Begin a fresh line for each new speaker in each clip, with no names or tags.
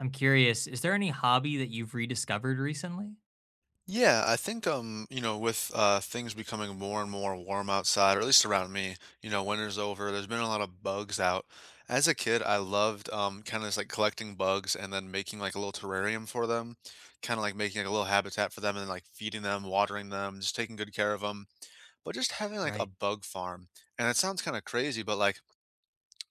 I'm curious, is there any hobby that you've rediscovered recently?
Yeah, I think with things becoming more and more warm outside, or at least around me, you know, winter's over, there's been a lot of bugs out. As a kid, I loved kind of just like collecting bugs and then making like a little terrarium for them, kind of like making like a little habitat for them and like feeding them, watering them, just taking good care of them. But just having like a
Right.
bug farm, and it sounds kind of crazy, but like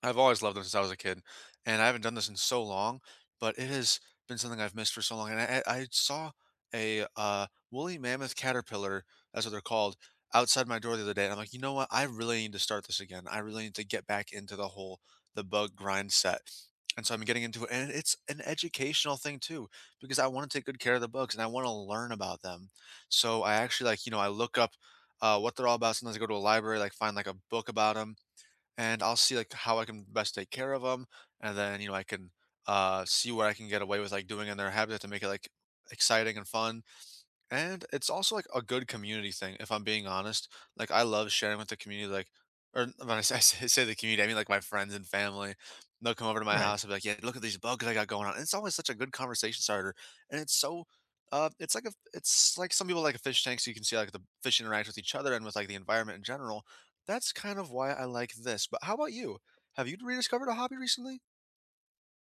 I've always loved them since I was a kid, and I haven't done this in so long, but it has been something I've missed for so long. And I saw a woolly mammoth caterpillar, that's what they're called, outside my door the other day. And I'm like, you know what? I really need to start this again. I really need to get back into the whole the bug grind set. And so I'm getting into it, and it's an educational thing too, because I want to take good care of the bugs and I want to learn about them. So I actually like, you know, I look up what they're all about. Sometimes I go to a library, like find like a book about them and I'll see like how I can best take care of them, and then you know I can see what I can get away with like doing in their habitat to make it like exciting and fun. And it's also like a good community thing, if I'm being honest. Like I love sharing with the community, like or when I say the community, I mean like my friends and family. They'll come over to my
Right.
house and be like, "Yeah, look at these bugs I got going on." And it's always such a good conversation starter, and it's like some people like a fish tank, so you can see like the fish interact with each other and with like the environment in general. That's kind of why I like this. But how about you? Have you rediscovered a hobby recently?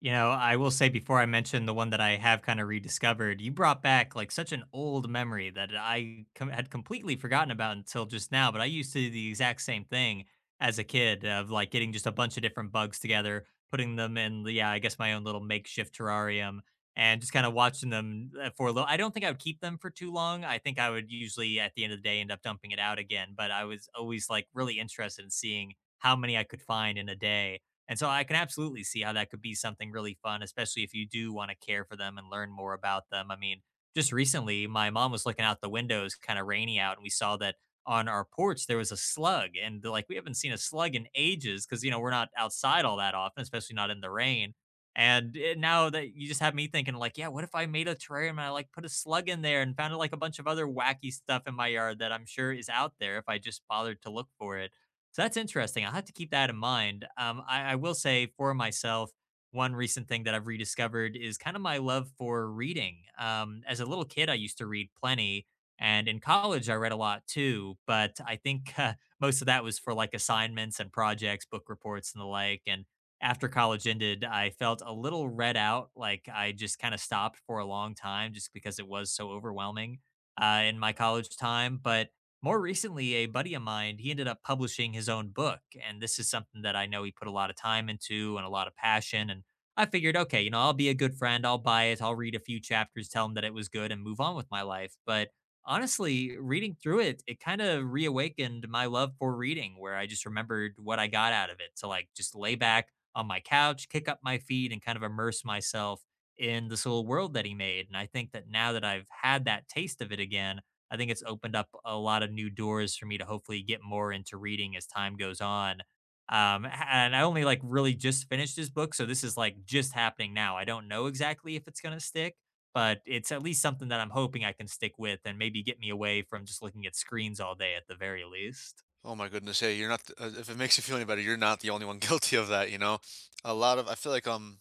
You know, I will say before I mention the one that I have kind of rediscovered, you brought back like such an old memory that had completely forgotten about until just now. But I used to do the exact same thing as a kid of like getting just a bunch of different bugs together, putting them in, yeah, I guess my own little makeshift terrarium and just kind of watching them for a little. I don't think I would keep them for too long. I think I would usually at the end of the day end up dumping it out again. But I was always like really interested in seeing how many I could find in a day, and so I can absolutely see how that could be something really fun, especially if you do want to care for them and learn more about them. I mean, just recently, my mom was looking out the windows, kind of rainy out, and we saw that on our porch there was a slug. And like, we haven't seen a slug in ages because, you know, we're not outside all that often, especially not in the rain. And it, now that you just have me thinking, like, yeah, what if I made a terrarium and I like put a slug in there and found like a bunch of other wacky stuff in my yard that I'm sure is out there if I just bothered to look for it? So that's interesting. I'll have to keep that in mind. I will say for myself, one recent thing that I've rediscovered is kind of my love for reading. As a little kid, I used to read plenty, and in college, I read a lot too. But I think most of that was for like assignments and projects, book reports, and the like. And after college ended, I felt a little read out. Like I just kind of stopped for a long time just because it was so overwhelming in my college time. But more recently, a buddy of mine, he ended up publishing his own book. And this is something that I know he put a lot of time into and a lot of passion. And I figured, okay, you know, I'll be a good friend. I'll buy it. I'll read a few chapters, tell him that it was good and move on with my life. But honestly, reading through it, it kind of reawakened my love for reading, where I just remembered what I got out of it to like just lay back on my couch, kick up my feet, and kind of immerse myself in this little world that he made. And I think that now that I've had that taste of it again, I think it's opened up a lot of new doors for me to hopefully get more into reading as time goes on. And I only like really just finished this book, so this is like just happening now. I don't know exactly if it's gonna stick, but it's at least something that I'm hoping I can stick with and maybe get me away from just looking at screens all day at the very least.
Oh my goodness, hey, you're not. Th- if it makes you feel any better, you're not the only one guilty of that. You know, a lot of I feel like um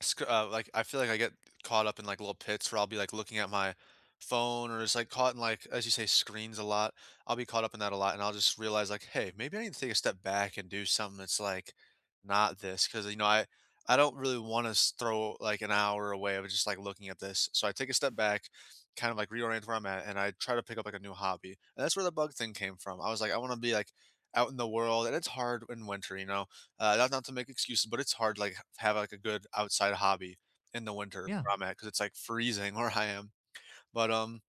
sc- uh, like I feel like I get caught up in like little pits where I'll be like looking at my phone or just like caught in like as you say screens a lot. I'll be caught up in that a lot, and I'll just realize like, hey, maybe I need to take a step back and do something that's like not this because you know I don't really want to throw like an hour away of just like looking at this. So I take a step back, kind of like reorient where I'm at, and I try to pick up like a new hobby, and that's where the bug thing came from. I was like, I want to be like out in the world, and it's hard in winter, you know not to make excuses, but it's hard, like, have, like, a good outside hobby in the winter
Yeah.
where I'm at because it's, like, freezing where I am. But,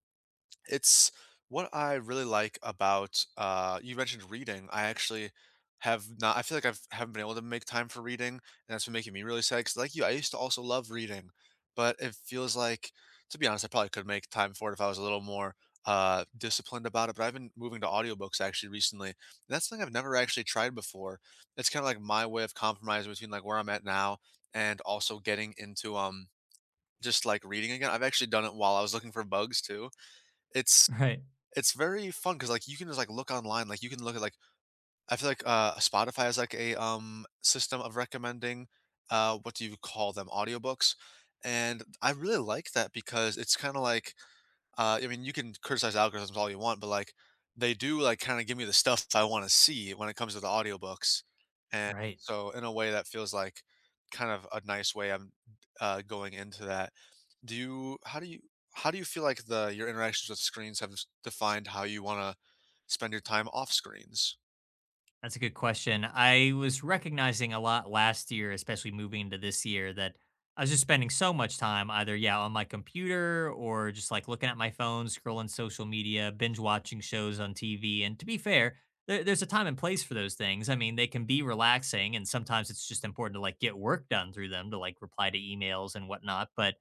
it's What I really like about, you mentioned reading. I feel like I've haven't been able to make time for reading, and that's been making me really sad. Because like you, I used to also love reading, but it feels like to be honest, I probably could make time for it if I was a little more, disciplined about it, but I've been moving to audiobooks actually recently, and that's something I've never actually tried before. It's kinda like my way of compromising between, like, where I'm at now and also getting into, just, like, reading again. I've actually done it while I was looking for bugs too. It's
Right.
it's very fun because, like, you can look at, like I feel like, Spotify has, like, a, system of recommending, what do you call them, audiobooks, and I really like that because it's kinda like I mean, you can criticize algorithms all you want, but, like, they do, like, kinda give me the stuff I wanna see when it comes to the audiobooks, and
Right.
so in a way that feels like kind of a nice way going into that. Do you how do you How do you feel like the your interactions with screens have s defined how you wanna spend your time off screens?
That's a good question. I was recognizing a lot last year, especially moving into this year, that I was just spending so much time either, yeah, on my computer or just like looking at my phone, scrolling social media, binge watching shows on TV. And to be fair, there's a time and place for those things. I mean, they can be relaxing, and sometimes it's just important to like get work done through them to like reply to emails and whatnot. But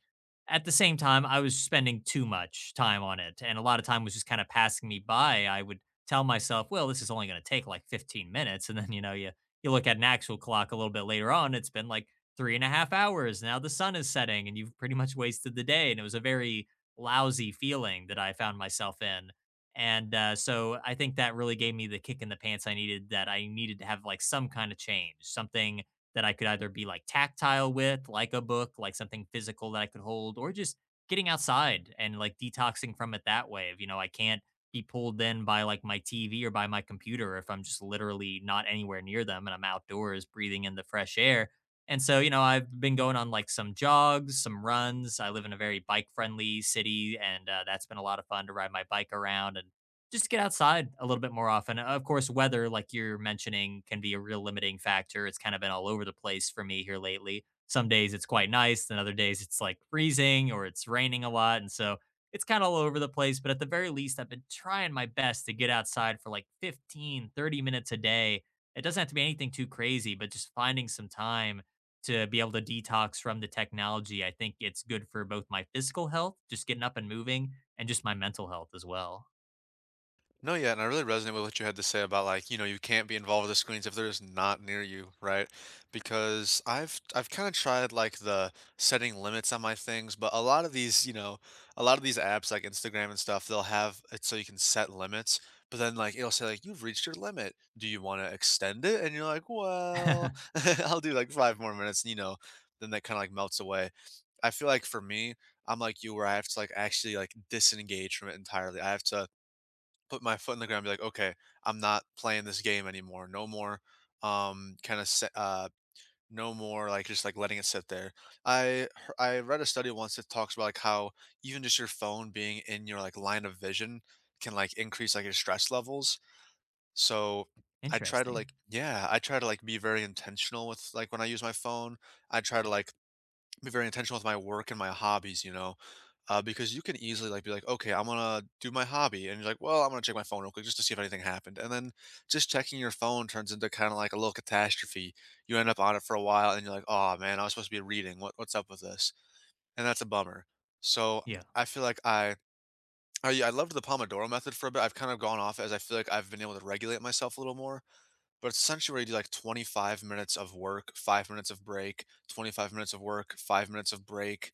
at the same time, I was spending too much time on it, and a lot of time was just kind of passing me by. I would tell myself, well, this is only going to take like 15 minutes. And then, you know, you look at an actual clock a little bit later on, it's been like three and a half hours. Now the sun is setting and you've pretty much wasted the day. And it was a very lousy feeling that I found myself in. And so I think that really gave me the kick in the pants I needed, that I needed to have like some kind of change, something that I could either be like tactile with, like a book, like something physical that I could hold, or just getting outside and like detoxing from it that way. If, you know, I can't be pulled in by like my TV or by my computer if I'm just literally not anywhere near them and I'm outdoors breathing in the fresh air. And so, you know, I've been going on like some jogs, some runs. I live in a very bike friendly city, and that's been a lot of fun to ride my bike around and just get outside a little bit more often. Of course, weather, like you're mentioning, can be a real limiting factor. It's kind of been all over the place for me here lately. Some days it's quite nice, then other days it's like freezing or it's raining a lot. And so, it's kind of all over the place, but at the very least, I've been trying my best to get outside for like 15, 30 minutes a day. It doesn't have to be anything too crazy, but just finding some time to be able to detox from the technology. I think it's good for both my physical health, just getting up and moving, and just my mental health as well.
No, yeah, and I really resonate with what you had to say about like, you know, you can't be involved with the screens if they're just not near you, right? Because I've kind of tried like the setting limits on my things, but a lot of these apps like Instagram and stuff, they'll have it so you can set limits, but then like it'll say like you've reached your limit. Do you want to extend it? And you're like, well, I'll do like five more minutes, and, you know, then that kind of like melts away. I feel like for me, I'm like you where I have to like actually like disengage from it entirely. I have to put my foot in the ground and be like, okay, I'm not playing this game anymore. No more, um, kind of, uh, no more like just like letting it sit there. I hear- I read a study once that talks about like how even just your phone being in your like line of vision can like increase like your stress levels. So I try to
Interesting.
like yeah, I try to like be very intentional with like when I use my phone. I try to like be very intentional with my work and my hobbies, you know. Because you can easily like be like, okay, I'm gonna do my hobby, and you're like, well, I'm gonna check my phone real quick just to see if anything happened, and then just checking your phone turns into kind of like a little catastrophe. You end up on it for a while, and you're like, oh man, I was supposed to be reading. What's up with this? And that's a bummer. So
Yeah.
I feel like I, yeah, I loved the Pomodoro method for a bit. I've kind of gone off it as I feel like I've been able to regulate myself a little more. But it's essentially where you do like 25 minutes of work, 5 minutes of break, 25 minutes of work, 5 minutes of break,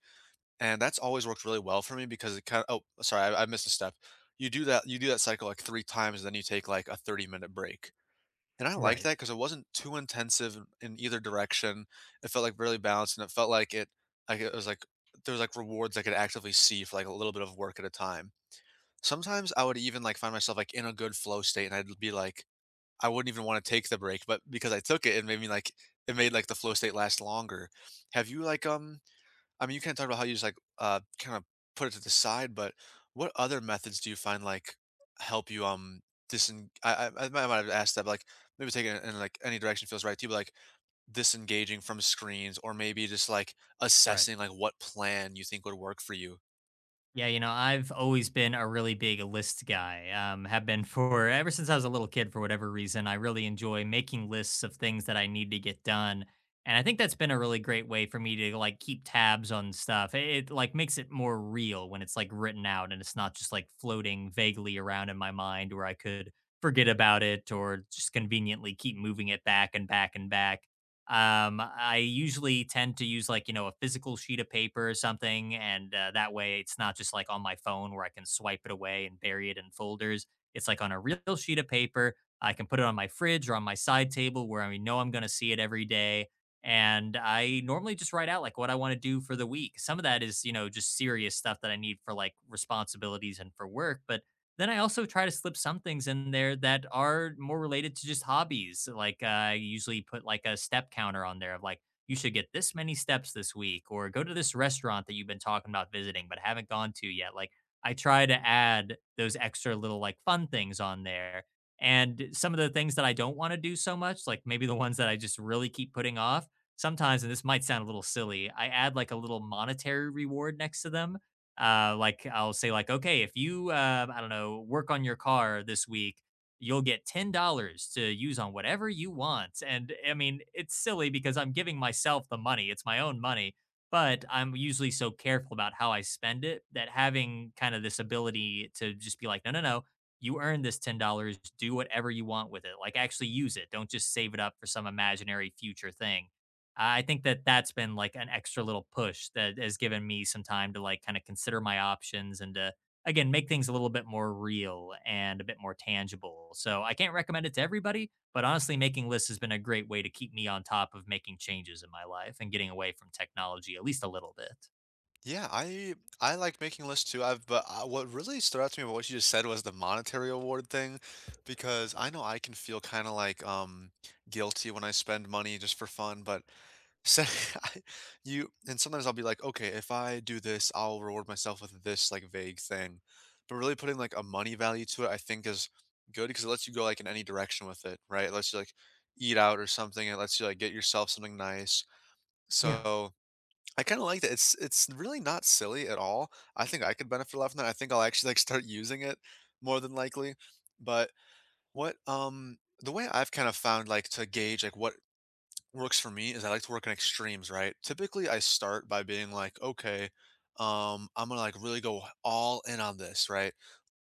and that's always worked really well for me because it kind of oh, sorry, I missed a step. You do that cycle like three times, and then you take like a 30-minute break. And I liked
Right.
that because it wasn't too intensive in either direction. It felt like really balanced and it felt like it was like there was like rewards I could actively see for like a little bit of work at a time. Sometimes I would even like find myself like in a good flow state and I'd be like I wouldn't even want to take the break, but because I took it, it made me like it made like the flow state last longer. Have you like I mean, you kind of talked about how you just like kind of put it to the side, but what other methods do you find like help you disen? I might have asked that, but like maybe taking it in like any direction feels right to you, but like disengaging from screens, or maybe just like
Right.
assessing like what plan you think would work for you.
Yeah, you know, I've always been a really big list guy. Have been for ever since I was a little kid, for whatever reason. I really enjoy making lists of things that I need to get done. And I think that's been a really great way for me to like keep tabs on stuff. It like makes it more real when it's like written out and it's not just like floating vaguely around in my mind where I could forget about it or just conveniently keep moving it back and back and back. I usually tend to use like, you know, a physical sheet of paper or something. And that way it's not just like on my phone where I can swipe it away and bury it in folders. It's like on a real sheet of paper. I can put it on my fridge or on my side table where I know I'm going to see it every day. And I normally just write out like what I want to do for the week. Some of that is, you know, just serious stuff that I need for like responsibilities and for work. But then I also try to slip some things in there that are more related to just hobbies. Like, I usually put like a step counter on there of like, you should get this many steps this week, or go to this restaurant that you've been talking about visiting but haven't gone to yet. Like, I try to add those extra little like fun things on there. And some of the things that I don't want to do so much, like maybe the ones that I just really keep putting off, sometimes, and this might sound a little silly, I add like a little monetary reward next to them like I'll say like, okay, if you, I don't know, work on your car this week, you'll get $10 to use on whatever you want. And I mean, it's silly because I'm giving myself the money. It's my own money, but I'm usually so careful about how I spend it that having kind of this ability to just be like, no, no, no, you earn this $10, do whatever you want with it. Like actually use it. Don't just save it up for some imaginary future thing. I think that that's been, like, an extra little push that has given me some time to, like, kinda consider my options and to, again, make things a little bit more real and a bit more tangible. So, I can't recommend it to everybody, but honestly, making lists has been a great way to keep me on top of making changes in my life and getting away from technology at least a little bit.
Yeah, I like making lists too. I've but what really stood out to me about what you just said was the monetary award thing, because I know I can feel kind of like guilty when I spend money just for fun, but so you and sometimes I'll be like, okay, if I do this, I'll reward myself with this like vague thing. But really putting like a money value to it, I think is good because it lets you go like in any direction with it, right? It lets you like eat out or something. It lets you like get yourself something nice.
Yeah.
So I kind of like that. It's really not silly at all. I think I could benefit a lot from that. I think I'll actually like start using it more than likely. But what the way I've kind of found like to gauge like what works for me is I like to work in extremes, right? Typically, I start by being like, okay, I'm gonna like really go all in on this, right?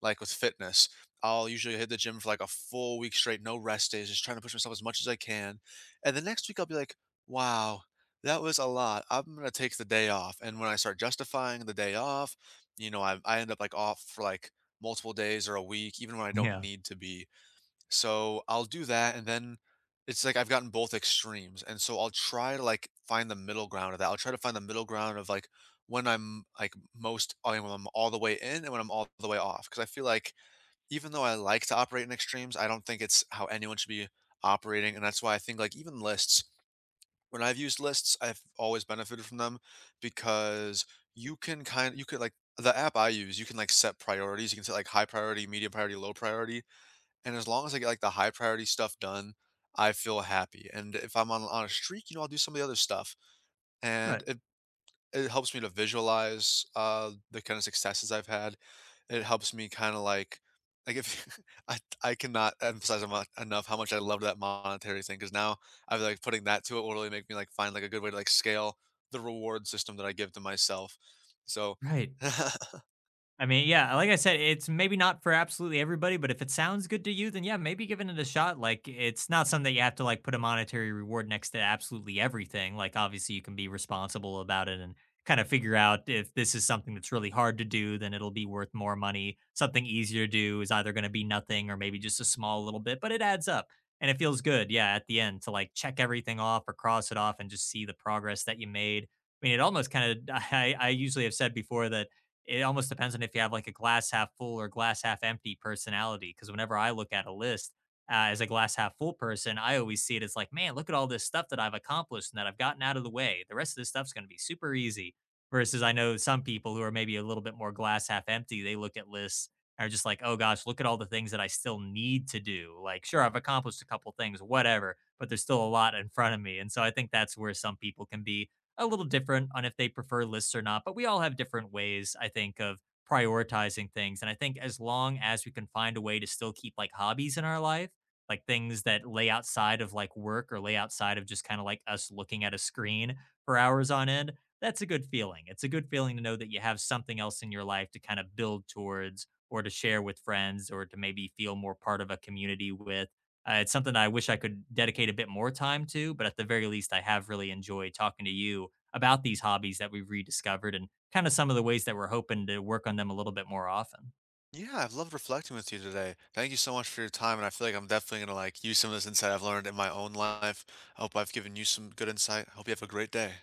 Like with fitness, I'll usually hit the gym for like a full week straight, no rest days, just trying to push myself as much as I can. And the next week, I'll be like, wow, that was a lot. I'm gonna take the day off. And when I start justifying the day off, you know, I end up like off for like multiple days or a week, even when I don't
Yeah.
need to be. So I'll do that, and then it's like I've gotten both extremes, and so I'll try to like find the middle ground of that. I'll try to find the middle ground of like when I'm like most I mean, when I'm all the way in and when I'm all the way off. Because I feel like even though I like to operate in extremes, I don't think it's how anyone should be operating, and that's why I think like even lists. When I've used lists, I've always benefited from them because you can kind you could like the app I use, you can like set priorities. You can set like high priority, medium priority, low priority and as long as I get, like, the high priority stuff done, I feel happy, and if I'm on a streak, you know, I'll do some of the other stuff, and
Right.
it helps me to visualize, the kinda successes I've had. It helps me kinda, like, if I cannot emphasize emo enough how much I love that monetary thing because now I feel like putting that to it will really make me, like, find, like, a good way to, like, scale the reward system that I give to myself. So
Right. I mean, yeah, like I said, it's maybe not for absolutely everybody, but if it sounds good to you, then yeah, maybe giving it a shot. Like it's not something that you have to like put a monetary reward next to absolutely everything. Like obviously you can be responsible about it and kind of figure out if this is something that's really hard to do, then it'll be worth more money. Something easier to do is either going to be nothing or maybe just a small little bit, but it adds up and it feels good. Yeah, at the end to like check everything off or cross it off and just see the progress that you made. I mean, it almost kind of I usually have said before that it almost depends on if you have like a glass half full or glass half empty personality. Because whenever I look at a list as a glass half full person, I always see it as like, man, look at all this stuff that I've accomplished and that I've gotten out of the way. The rest of this stuff's going to be super easy. Versus, I know some people who are maybe a little bit more glass half empty, they look at lists and are just like, oh gosh, look at all the things that I still need to do. Like, sure, I've accomplished a couple things, whatever, but there's still a lot in front of me. And so I think that's where some people can be a little different on if they prefer lists or not, but we all have different ways, I think, of prioritizing things. And I think as long as we can find a way to still keep like hobbies in our life, like things that lay outside of like work or lay outside of just kind of like us looking at a screen for hours on end, that's a good feeling. It's a good feeling to know that you have something else in your life to kind of build towards or to share with friends or to maybe feel more part of a community with. It's something that I wish I could dedicate a bit more time to, but at the very least, I have really enjoyed talking to you about these hobbies that we've rediscovered and kind of some of the ways that we're hoping to work on them a little bit more often.
Yeah, I've loved reflecting with you today. Thank you so much for your time, and I feel like I'm definitely gonna like use some of this insight I've learned in my own life. I hope I've given you some good insight. I hope you have a great day.